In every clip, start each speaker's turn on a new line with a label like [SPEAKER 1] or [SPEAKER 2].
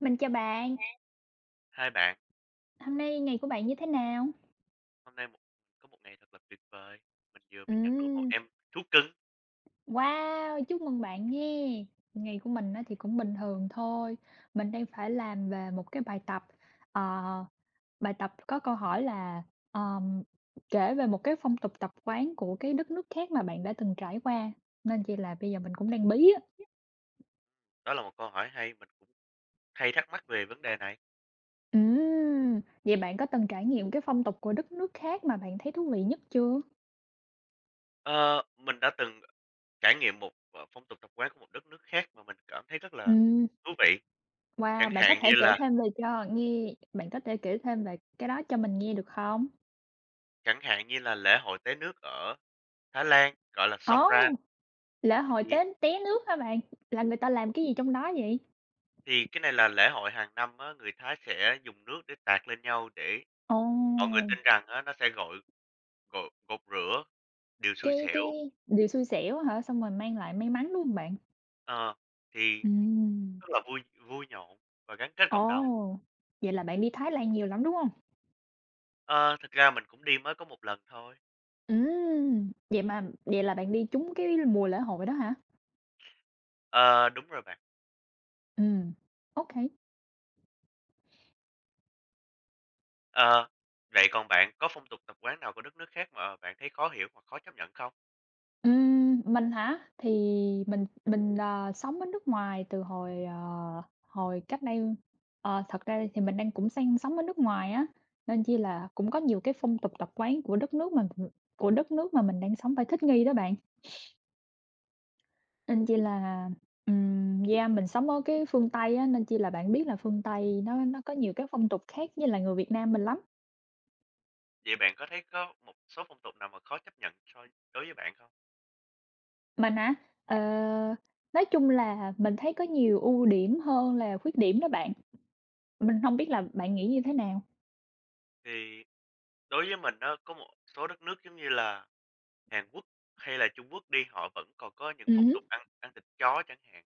[SPEAKER 1] Mình chào bạn,
[SPEAKER 2] Hai bạn,
[SPEAKER 1] hôm nay ngày của bạn như thế nào?
[SPEAKER 2] hôm nay một có một ngày thật là tuyệt vời. Mình vừa mới nhận được một
[SPEAKER 1] Ừm.
[SPEAKER 2] em thú cưng.
[SPEAKER 1] Wow, chúc mừng bạn nghe. Ngày của mình á thì cũng bình thường thôi. Mình đang phải làm về một cái bài tập, ờ, bài tập có câu hỏi là, ờm, kể về một cái phong tục tập quán của cái đất nước khác mà bạn đã từng trải qua, nên chỉ là bây giờ mình cũng đang bí á.
[SPEAKER 2] Đó là một câu hỏi hay, mình cũng hay thắc mắc về vấn đề này.
[SPEAKER 1] Ừm. Vậy bạn có từng trải nghiệm cái phong tục của đất nước khác mà bạn thấy thú vị nhất chưa?
[SPEAKER 2] Ờ, mình đã từng trải nghiệm một phong tục tập quán của một đất nước khác mà mình cảm thấy rất là thú vị.
[SPEAKER 1] Wow,
[SPEAKER 2] Chẳng hạn như là
[SPEAKER 1] bạn có thể kể thêm về cái đó cho mình nghe được không?
[SPEAKER 2] chẳng hạn như là lễ hội té nước ở Thái Lan, gọi là
[SPEAKER 1] Ồ,
[SPEAKER 2] Songkran.
[SPEAKER 1] oh, lễ hội
[SPEAKER 2] thì
[SPEAKER 1] té nước hả bạn? Là người ta làm cái gì trong đó vậy?
[SPEAKER 2] thì cái này là lễ hội hàng năm á, người Thái sẽ dùng nước để tạt lên nhau để
[SPEAKER 1] Ồ,
[SPEAKER 2] mọi người
[SPEAKER 1] oh,
[SPEAKER 2] tin rằng á, nó sẽ gột rửa điều xui
[SPEAKER 1] cái
[SPEAKER 2] xẻo.
[SPEAKER 1] điều xui xẻo hả? Xong rồi mang lại may mắn, đúng không bạn?
[SPEAKER 2] Ờ, thì
[SPEAKER 1] Ừm.
[SPEAKER 2] Rất là vui vui nhộn và gắn kết cộng đồng.
[SPEAKER 1] Ồ, vậy là bạn đi Thái Lan nhiều lắm, đúng không?
[SPEAKER 2] Ờ, thực ra mình cũng đi mới có một lần thôi.
[SPEAKER 1] Ừm. Vậy là bạn đi trúng cái mùa lễ hội đó hả?
[SPEAKER 2] Ờ, đúng rồi bạn.
[SPEAKER 1] Ừm. OK.
[SPEAKER 2] Ờ, Vậy còn bạn có phong tục tập quán nào của đất nước khác mà bạn thấy khó hiểu hoặc khó chấp nhận không?
[SPEAKER 1] Mình hả? Thì mình sống ở nước ngoài từ hồi cách đây thật ra thì mình đang cũng sang sống ở nước ngoài á, nên chỉ là cũng có nhiều cái phong tục tập quán của đất nước mà mình đang sống phải thích nghi đó bạn. Nên chỉ là, yeah, mình sống ở cái phương Tây á, nên chỉ là bạn biết là phương Tây nó có nhiều cái phong tục khác với là người Việt Nam mình lắm.
[SPEAKER 2] Vậy bạn có thấy có một số phong tục nào mà khó chấp nhận so đối với bạn không?
[SPEAKER 1] Mình hả? Ờ, nói chung là mình thấy có nhiều ưu điểm hơn là khuyết điểm đó bạn. Mình hông biết là bạn nghĩ như thế nào?
[SPEAKER 2] Thì đối với mình á, có một số đất nước giống như là Hàn Quốc hay là Trung Quốc đi, họ vẫn còn có những phong
[SPEAKER 1] Hứm.
[SPEAKER 2] tục ăn ăn thịt chó chẳng hạn.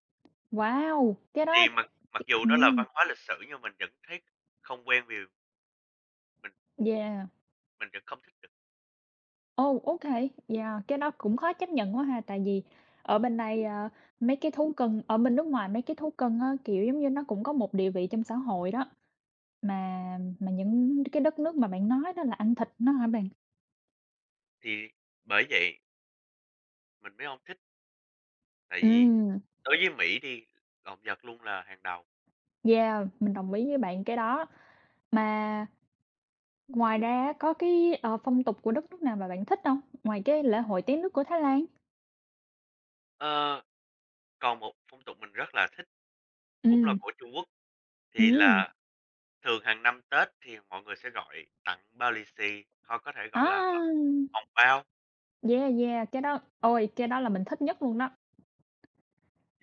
[SPEAKER 1] Wow! Cái đó
[SPEAKER 2] Thì mặc mặc dù nó là
[SPEAKER 1] ừm,
[SPEAKER 2] văn hóa lịch sử nhưng mình vẫn thấy không quen, vì mình
[SPEAKER 1] yeah,
[SPEAKER 2] mình vẫn không thích được.
[SPEAKER 1] oh, okay, yeah, cái đó cũng khó chấp nhận quá ha, tại vì ở bên đây, mấy cái thú cưng á, kiểu, giống như, nó cũng có một địa vị trong xã hội đó, mà mà những cái đất nước mà bạn nói đó là ăn thịt nó hả bạn?
[SPEAKER 2] Thì bởi vậy mình mới không thích, tại vì
[SPEAKER 1] Ừm.
[SPEAKER 2] đối với Mỹ đi, động vật luôn là hàng đầu.
[SPEAKER 1] Yeah, mình đồng ý với bạn cái đó. Mà ngoài ra á, có cái, phong tục của đất nước nào mà bạn thích hông? Ngoài cái lễ hội Té nước của Thái Lan?
[SPEAKER 2] Ơ, còn một phong tục mình rất là thích, cũng là
[SPEAKER 1] Ừm,
[SPEAKER 2] của Trung Quốc, thì
[SPEAKER 1] ừm.
[SPEAKER 2] là thường hàng năm Tết thì mọi người sẽ gọi tặng bao lì xì, hoặc có thể
[SPEAKER 1] À!
[SPEAKER 2] gọi là hồng bao.
[SPEAKER 1] Yeah, yeah, cái đó là mình thích nhất luôn đó.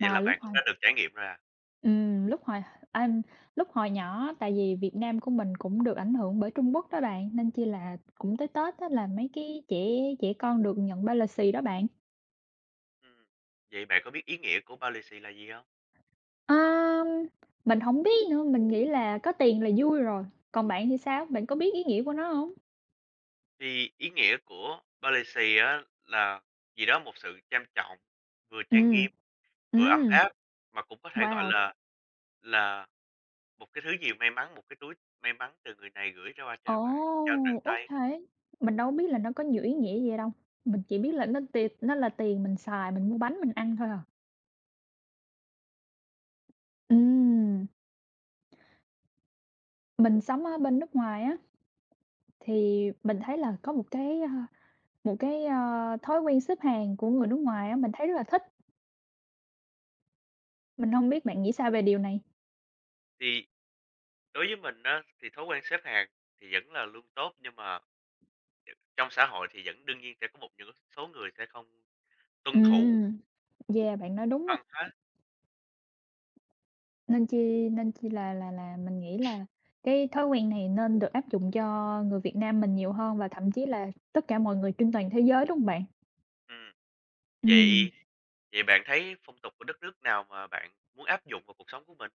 [SPEAKER 2] Vậy là
[SPEAKER 1] lúc
[SPEAKER 2] bạn cũng
[SPEAKER 1] hồi
[SPEAKER 2] đã được trải nghiệm rồi à.
[SPEAKER 1] ừm, lúc hồi anh lúc hồi nhỏ tại vì Việt Nam của mình cũng được ảnh hưởng bởi Trung Quốc đó bạn, nên chi là cũng tới Tết á là mấy cái trẻ trẻ con được nhận ba lì xì đó bạn.
[SPEAKER 2] Ừm, vậy bạn có biết ý nghĩa của bao lì xì là gì hông?
[SPEAKER 1] À, mình không biết nữa, mình nghĩ là có tiền là vui rồi, còn bạn thì sao? Bạn có biết ý nghĩa của nó không?
[SPEAKER 2] Thì ý nghĩa của bao lì xì á là gì đó, một sự trang trọng, vừa trang
[SPEAKER 1] Ừm,
[SPEAKER 2] nghiêm, vừa ấm
[SPEAKER 1] ừm,
[SPEAKER 2] áp, mà cũng có thể gọi
[SPEAKER 1] wow!
[SPEAKER 2] là một cái thứ gì may mắn, một cái túi may mắn từ người này gửi ra qua
[SPEAKER 1] Ồ!
[SPEAKER 2] cho bạn, trao tận
[SPEAKER 1] Ô,
[SPEAKER 2] tay.
[SPEAKER 1] mình đâu biết là nó có nhiều ý nghĩa gì đâu, mình chỉ biết là nó là tiền mình xài, mình mua bánh, mình ăn thôi à. Ừm, mình sống ở bên nước ngoài á, thì mình thấy là có một cái thói quen xếp hàng của người nước ngoài á, mình thấy rất là thích, mình không biết bạn nghĩ
[SPEAKER 2] Ờ,
[SPEAKER 1] sao về điều này?
[SPEAKER 2] Thì đối với mình á, thì thói quen xếp hàng thì vẫn là luôn tốt, nhưng mà trong xã hội thì vẫn đương nhiên sẽ có một những số người sẽ không tuân thủ
[SPEAKER 1] Ừm, yeah, bạn nói đúng á,
[SPEAKER 2] văn hóa.
[SPEAKER 1] nên chi là là mình nghĩ là cái thói quen này nên được áp dụng cho người Việt Nam mình nhiều hơn và thậm chí là tất cả mọi người trên toàn thế giới, đúng không bạn?
[SPEAKER 2] Ừm,
[SPEAKER 1] Ừ.
[SPEAKER 2] vậy vậy bạn thấy phong tục của đất nước nào mà bạn muốn áp dụng vào cuộc sống của mình?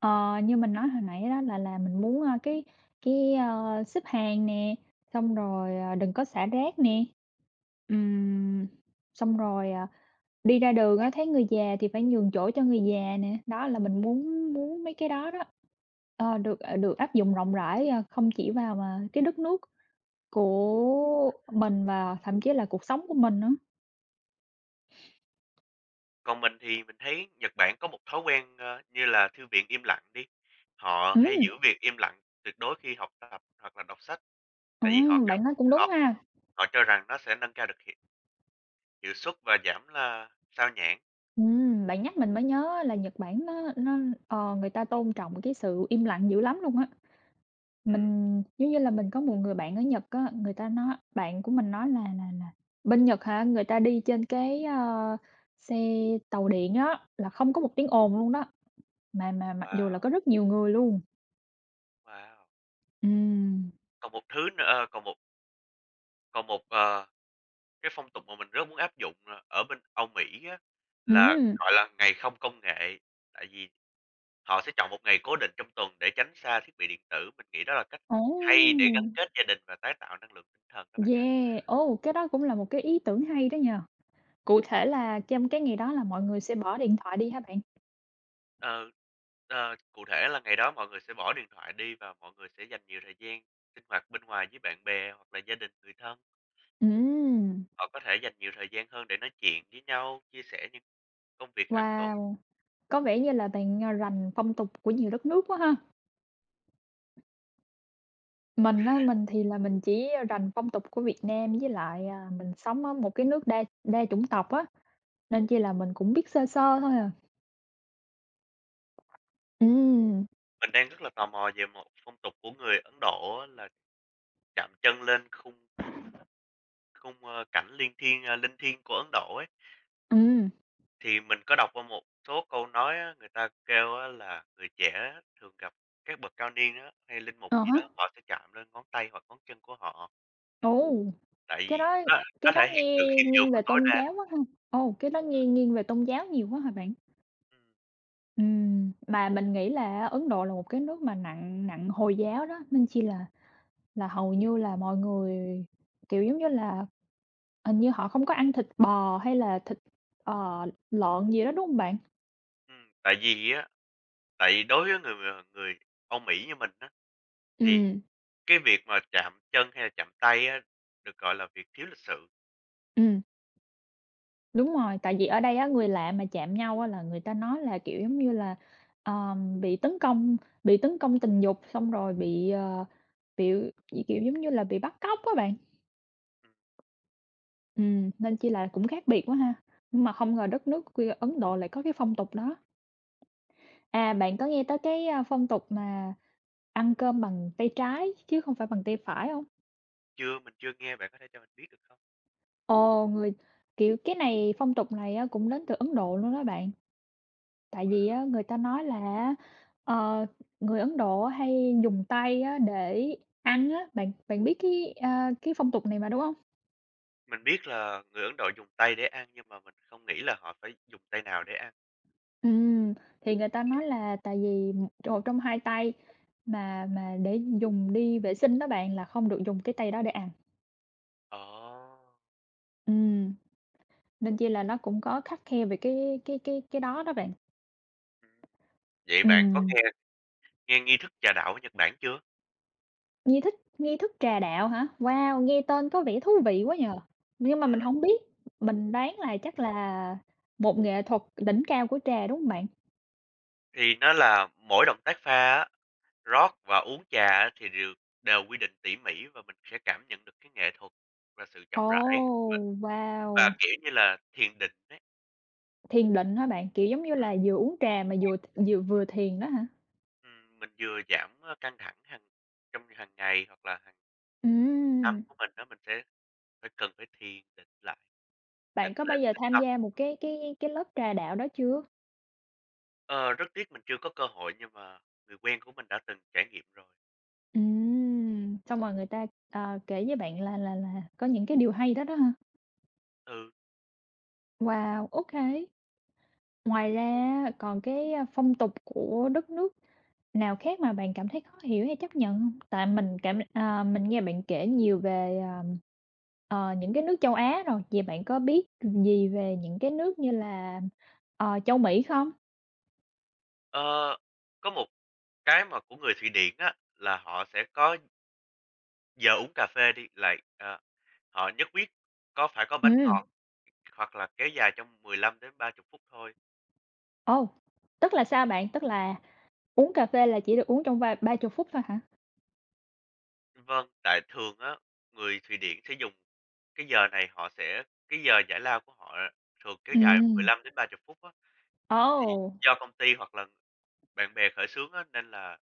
[SPEAKER 1] Ờ, Như mình nói hồi nãy đó là mình muốn, cái xếp hàng nè, xong rồi, đừng có xả rác nè. Ừm, Xong rồi, à, đi ra đường á, thấy người già thì phải nhường chỗ cho người già nè, đó là mình muốn muốn mấy cái đó đó, được áp dụng rộng rãi, không chỉ vào mà cái đất nước của mình và thậm chí là cuộc sống của mình nữa.
[SPEAKER 2] Còn mình thì mình thấy Nhật Bản có một thói quen, như là thư viện im lặng đi, họ hay
[SPEAKER 1] Ừm.
[SPEAKER 2] giữ việc im lặng tuyệt đối khi học tập hoặc là đọc sách, tại vì họ cảm
[SPEAKER 1] Bạn nói cũng đúng
[SPEAKER 2] họ
[SPEAKER 1] ha.
[SPEAKER 2] Họ cho rằng nó sẽ nâng cao được hiệu hiệu suất và giảm là sao nhãng.
[SPEAKER 1] Bạn nhắc mình mới nhớ là Nhật Bản nó người ta tôn trọng cái sự im lặng dữ lắm luôn á.
[SPEAKER 2] Ừm,
[SPEAKER 1] Mình giống như là mình có một người bạn ở Nhật á, người ta nói bạn của mình nói là "Bên Nhật hả, người ta đi trên cái xe tàu điện á, là không có một tiếng ồn luôn đó, mà mặc dù là
[SPEAKER 2] wow,
[SPEAKER 1] có rất nhiều người luôn."
[SPEAKER 2] wow!
[SPEAKER 1] Ừm.
[SPEAKER 2] Còn một thứ nữa, còn một, ờ, cái phong tục mà mình rất muốn áp dụng, ở bên Âu Mỹ á, là,
[SPEAKER 1] Ừm,
[SPEAKER 2] gọi là, ngày không công nghệ. Tại vì họ sẽ chọn một ngày cố định trong tuần để tránh xa thiết bị điện tử, mình nghĩ đó là cách
[SPEAKER 1] ồ,
[SPEAKER 2] hay để gắn kết gia đình và tái tạo năng lượng tinh thần các bạn ạ.
[SPEAKER 1] yeah, ồ, cái đó cũng là một cái ý tưởng hay đó nhờ. Cụ thể là trong cái ngày đó là mọi người sẽ bỏ điện thoại đi hả bạn?
[SPEAKER 2] Ờ, cụ thể là ngày đó mọi người sẽ bỏ điện thoại đi và mọi người sẽ dành nhiều thời gian sinh hoạt bên ngoài với bạn bè hoặc là gia đình, người thân.
[SPEAKER 1] Ừm.
[SPEAKER 2] Họ có thể dành nhiều thời gian hơn để nói chuyện với nhau, chia sẻ những công việc hàng tuần.
[SPEAKER 1] Wow! Có vẻ như là bạn, à, rành phong tục của nhiều đất nước quá ha. Mình á, mình thì là mình chỉ rành phong tục của Việt Nam với lại, à, mình sống ở một cái nước đa đa chủng tộc á, nên chỉ là mình cũng biết sơ sơ thôi à. Ừ,
[SPEAKER 2] Mình đang rất là tò mò về một phong tục của người Ấn Độ á, là chạm chân lên khung khung, ơ, cảnh liên thiên, a, linh thiêng của Ấn Độ ấy.
[SPEAKER 1] ừ,
[SPEAKER 2] Thì mình có đọc qua một số câu nói á, người ta kêu á là người trẻ thường gặp các bậc cao niên á, hay linh mục
[SPEAKER 1] à
[SPEAKER 2] gì
[SPEAKER 1] há.
[SPEAKER 2] đó, họ sẽ chạm lên ngón tay hoặc ngón chân của họ,
[SPEAKER 1] Ồ,
[SPEAKER 2] tại
[SPEAKER 1] cái
[SPEAKER 2] vì
[SPEAKER 1] đó
[SPEAKER 2] nó
[SPEAKER 1] cái đó
[SPEAKER 2] thể hiện
[SPEAKER 1] nghe
[SPEAKER 2] sự khiêm nhường
[SPEAKER 1] nghiêng
[SPEAKER 2] và
[SPEAKER 1] về
[SPEAKER 2] tối
[SPEAKER 1] tôn
[SPEAKER 2] đa.
[SPEAKER 1] giáo quá ha. Ồ, cái đó nghe nghiêng về tôn giáo nhiều quá hả bạn?
[SPEAKER 2] Ừm,
[SPEAKER 1] Ừ, mà mình nghĩ là Ấn Độ là một cái nước mà nặng nặng Hồi giáo đó, nên chỉ là hầu như là mọi người, kiểu, giống như là, hình như họ không có ăn thịt bò hay là thịt, ờ, lợn gì đó, đúng không bạn?
[SPEAKER 2] ừm, tại vì á tại vì đối với người, người Âu Mỹ như mình á, thì
[SPEAKER 1] Ừ,
[SPEAKER 2] cái việc mà chạm chân hay là chạm tay á, được gọi là việc thiếu lịch sự.
[SPEAKER 1] ừm. Đúng rồi, tại vì ở đây á, người lạ mà chạm nhau á, là người ta nói là, kiểu, giống như là, ờm, bị tấn công bị tấn công tình dục, xong rồi bị, ờ, bị bị, kiểu, giống như là, bị bắt cóc á bạn.
[SPEAKER 2] Ừm,
[SPEAKER 1] Ừ, nên chỉ là cũng khác biệt quá ha, nhưng mà không ngờ đất nước quê Ấn Độ lại có cái phong tục đó. À, bạn có nghe tới cái, phong tục mà ăn cơm bằng tay trái chứ không phải bằng tay phải không?
[SPEAKER 2] chưa, mình chưa nghe, bạn có thể cho mình biết được không?
[SPEAKER 1] Ồ, kiểu, cái này phong tục này á cũng đến từ Ấn Độ luôn đó bạn. Tại
[SPEAKER 2] Wow!
[SPEAKER 1] vì á, người ta nói là ờ, người Ấn Độ hay dùng tay á để ăn á, bạn bạn biết cái, cái phong tục này mà, đúng không?
[SPEAKER 2] Mình biết là người Ấn Độ dùng tay để ăn, nhưng mà mình không nghĩ là họ phải dùng tay nào để ăn.
[SPEAKER 1] Ừ, thì người ta nói là tại vì một một trong hai tay mà để dùng đi vệ sinh đó bạn, là không được dùng cái tay đó để ăn.
[SPEAKER 2] Ồ!
[SPEAKER 1] Ừm. Nên chi là nó cũng có khắt khe về cái đó đó bạn.
[SPEAKER 2] Ừm, vậy bạn có
[SPEAKER 1] Ừm,
[SPEAKER 2] nghe nghe nghi thức trà đạo ở Nhật Bản chưa?
[SPEAKER 1] nghi thức trà đạo hả? Wow, nghe tên có vẻ thú vị quá nhờ. Nhưng mà mình
[SPEAKER 2] Ừm,
[SPEAKER 1] không biết, mình đoán là chắc là một nghệ thuật đỉnh cao của trà, đúng hông bạn?
[SPEAKER 2] thì nó là mỗi động tác pha á, rót và uống trà á thì đều đều quy định tỉ mỉ, và mình sẽ cảm nhận được cái nghệ thuật và sự chậm
[SPEAKER 1] Ồ,
[SPEAKER 2] rãi và,
[SPEAKER 1] wow!
[SPEAKER 2] kiểu như là, thiền định ấy.
[SPEAKER 1] Thiền định hả bạn? Kiểu, giống như là vừa uống trà mà vừa vừa vừa thiền đó hả?
[SPEAKER 2] Mình vừa giảm, căng thẳng trong hàng ngày hoặc là hàng năm
[SPEAKER 1] Ừm,
[SPEAKER 2] của mình, đó mình sẽ cần phải thiền định
[SPEAKER 1] bạn có
[SPEAKER 2] lại
[SPEAKER 1] bao giờ
[SPEAKER 2] tĩnh
[SPEAKER 1] tham
[SPEAKER 2] tâm.
[SPEAKER 1] gia một cái lớp trà đạo đó chưa?
[SPEAKER 2] Ờ, rất tiếc mình chưa có cơ hội nhưng mà người quen của mình đã từng trải nghiệm rồi.
[SPEAKER 1] Xong rồi người ta, kể với bạn là có những cái điều hay đó đó hả?
[SPEAKER 2] Ừ,
[SPEAKER 1] Wow, ô. Ngoài ra còn cái, phong tục của đất nước nào khác mà bạn cảm thấy khó hiểu hay chấp nhận hông? Tại mình nghe bạn kể nhiều về, những cái nước châu Á rồi, vậy bạn có biết gì về những cái nước như là, châu Mỹ không?
[SPEAKER 2] ờ, có một cái mà của người Thụy Điển á, là họ sẽ có giờ uống cà phê đi, họ nhất quyết có phải có bánh
[SPEAKER 1] Ừ,
[SPEAKER 2] ngọt hoặc là kéo dài trong 15 đến 30 phút thôi.
[SPEAKER 1] ồ, tức là sao bạn? Tức là uống cà phê là chỉ được uống trong vài ba chục phút thôi hả?
[SPEAKER 2] Vâng, tại thường á, người Thụy Điển sẽ dùng cái giờ này họ sẽ cái giờ giải lao của họ thường kéo
[SPEAKER 1] Ừ,
[SPEAKER 2] dài 15 đến 30 phút á, thì
[SPEAKER 1] ồ,
[SPEAKER 2] do công ty hoặc là bạn bè khởi xướng á, nên là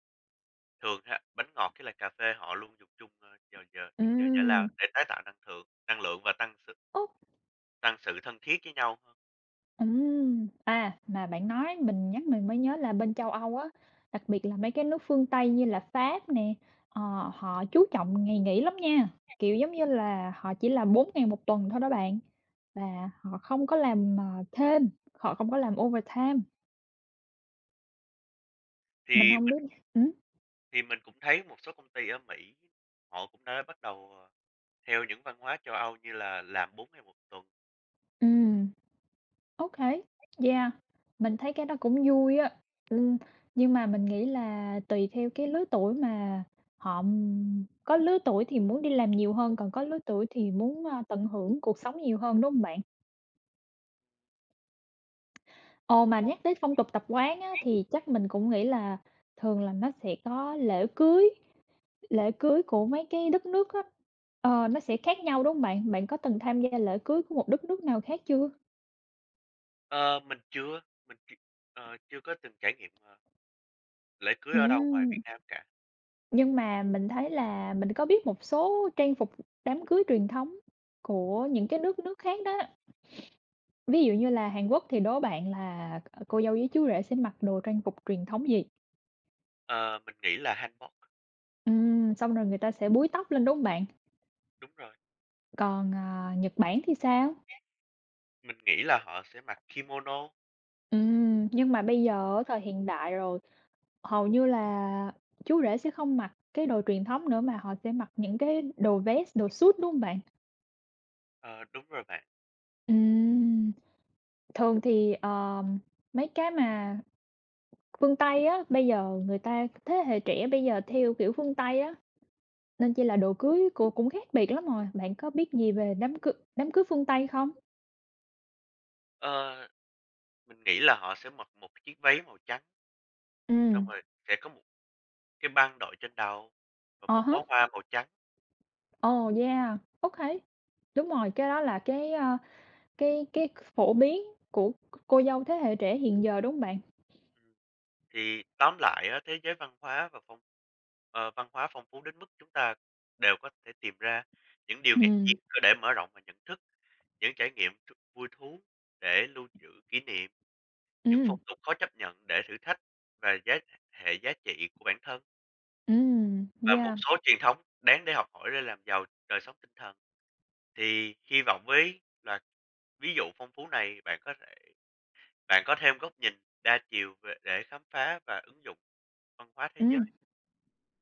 [SPEAKER 2] thường ha, bánh ngọt với lại cà phê họ luôn dùng chung, vào những giờ giải lao
[SPEAKER 1] ừ,
[SPEAKER 2] để tái tạo năng lượng và
[SPEAKER 1] ô.
[SPEAKER 2] tăng sự thân thiết với nhau hơn.
[SPEAKER 1] À, mà bạn nói mình nhắc mình mới nhớ là bên châu Âu á, đặc biệt là mấy cái nước phương Tây như là Pháp nè, ờ, họ chú trọng ngày nghỉ lắm nha, kiểu, giống như là, họ chỉ làm 4 ngày một tuần thôi đó bạn, và họ không có làm, thêm, họ không có làm overtime, mình
[SPEAKER 2] Thì
[SPEAKER 1] không
[SPEAKER 2] mình
[SPEAKER 1] biết ừm,
[SPEAKER 2] thì mình cũng thấy một số công ty ở Mỹ họ cũng đã bắt đầu, theo những văn hóa châu Âu như là làm 4 ngày một tuần.
[SPEAKER 1] ừm. OK, yeah, mình thấy cái đó cũng vui á, ừm, nhưng mà mình nghĩ là tùy theo cái lứa tuổi mà họ, có lứa tuổi thì muốn đi làm nhiều hơn, còn có lứa tuổi thì muốn, tận hưởng cuộc sống nhiều hơn, đúng không bạn? Ồ, mà nhắc tới phong tục tập quán á, thì chắc mình cũng nghĩ là thường là nó sẽ có lễ cưới của mấy cái đất nước á, nó sẽ khác nhau, đúng không bạn? Bạn có từng tham gia lễ cưới của một đất nước nào khác chưa?
[SPEAKER 2] Mình chưa, chưa có từng trải nghiệm, lễ cưới ở đâu ngoài Việt
[SPEAKER 1] Ừm.
[SPEAKER 2] Nam cả?
[SPEAKER 1] Nhưng mà mình thấy là mình có biết một số trang phục đám cưới truyền thống của những cái nước nước khác đó. Ví dụ như là Hàn Quốc thì đố bạn là, cô dâu với chú rể sẽ mặc đồ trang phục truyền thống gì?
[SPEAKER 2] Ờ, mình nghĩ là hanbok.
[SPEAKER 1] Xong rồi người ta sẽ búi tóc lên, đúng không bạn?
[SPEAKER 2] Đúng rồi,
[SPEAKER 1] Còn, Nhật Bản thì sao?
[SPEAKER 2] mình nghĩ là họ sẽ mặc kimono.
[SPEAKER 1] Nhưng mà bây giờ ở thời hiện đại rồi, hầu như là chú rể sẽ không mặc cái đồ truyền thống nữa mà họ sẽ mặc những cái đồ vest, đồ suit, đúng không bạn?
[SPEAKER 2] Ờ, đúng rồi bạn.
[SPEAKER 1] Ừm. Thường thì, mấy cái mà phương Tây á, bây giờ người ta thế hệ trẻ bây giờ theo kiểu phương Tây á, nên chỉ là đồ cưới cô cũng khác biệt lắm rồi. Bạn có biết gì về đám cưới phương Tây không?
[SPEAKER 2] Ờ, mình nghĩ là họ sẽ mặc một cái chiếc váy màu trắng,
[SPEAKER 1] Ừ,
[SPEAKER 2] xong rồi sẽ có một cái băng đội trên đầu và
[SPEAKER 1] à
[SPEAKER 2] một
[SPEAKER 1] hả?
[SPEAKER 2] bó hoa màu trắng.
[SPEAKER 1] Ồ, yeah, OK. Đúng rồi, cái đó là cái, cái phổ biến của cô dâu thế hệ trẻ hiện giờ, đúng không bạn?
[SPEAKER 2] Ừm, thì tóm lại á, thế giới văn hóa phong phú đến mức chúng ta đều có thể tìm ra những điều ngạc nhiên
[SPEAKER 1] Ừ,
[SPEAKER 2] để mở rộng và nhận thức, những trải nghiệm vui thú để lưu trữ kỷ niệm. Những
[SPEAKER 1] ừ,
[SPEAKER 2] phong tục khó chấp nhận để thử thách và hệ giá trị của bản thân, và một
[SPEAKER 1] yeah,
[SPEAKER 2] số truyền thống đáng để học hỏi để làm giàu đời sống tinh thần. Thì hy vọng với loạt ví dụ phong phú này, bạn có thêm góc nhìn đa chiều về để khám phá và ứng dụng văn hóa thế giới.
[SPEAKER 1] ừm.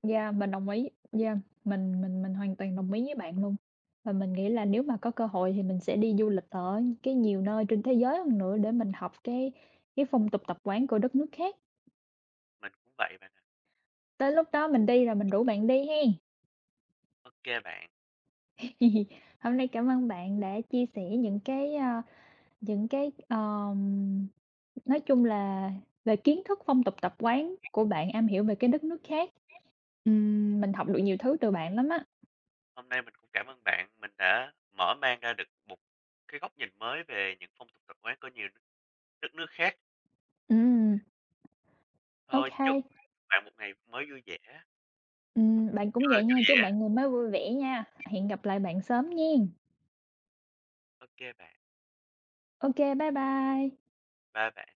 [SPEAKER 1] Dạ, mình đồng ý. Dạ, mình hoàn toàn đồng ý với bạn luôn. Và mình nghĩ là nếu mà có cơ hội thì mình sẽ đi du lịch ở cái nhiều nơi trên thế giới hơn nữa để mình học cái phong tục tập quán của đất nước khác.
[SPEAKER 2] Mình cũng vậy bạn ạ.
[SPEAKER 1] Tới lúc đó mình đi rồi mình
[SPEAKER 2] OK
[SPEAKER 1] rủ bạn đi hen.
[SPEAKER 2] bạn,
[SPEAKER 1] Hôm nay cảm ơn bạn đã chia sẻ những cái, những cái, ờm, nói chung là về kiến thức phong tục tập quán của bạn am hiểu về cái đất nước khác. Mình học được nhiều thứ từ bạn lắm á.
[SPEAKER 2] hôm nay mình cũng cảm ơn bạn, mình đã mở mang ra được một cái góc nhìn mới về những phong tục tập quán của nhiều đất nước khác.
[SPEAKER 1] Ừm, ô.
[SPEAKER 2] Thôi, chúc bạn một ngày mới vui vẻ, một
[SPEAKER 1] Bạn cũng
[SPEAKER 2] trưa
[SPEAKER 1] vậy nha,
[SPEAKER 2] vui
[SPEAKER 1] chúc
[SPEAKER 2] vẻ.
[SPEAKER 1] bạn ngày mới vui vẻ nha. Hẹn gặp lại bạn sớm nghen.
[SPEAKER 2] OK bạn.
[SPEAKER 1] OK, bye bye.
[SPEAKER 2] Ba bạn.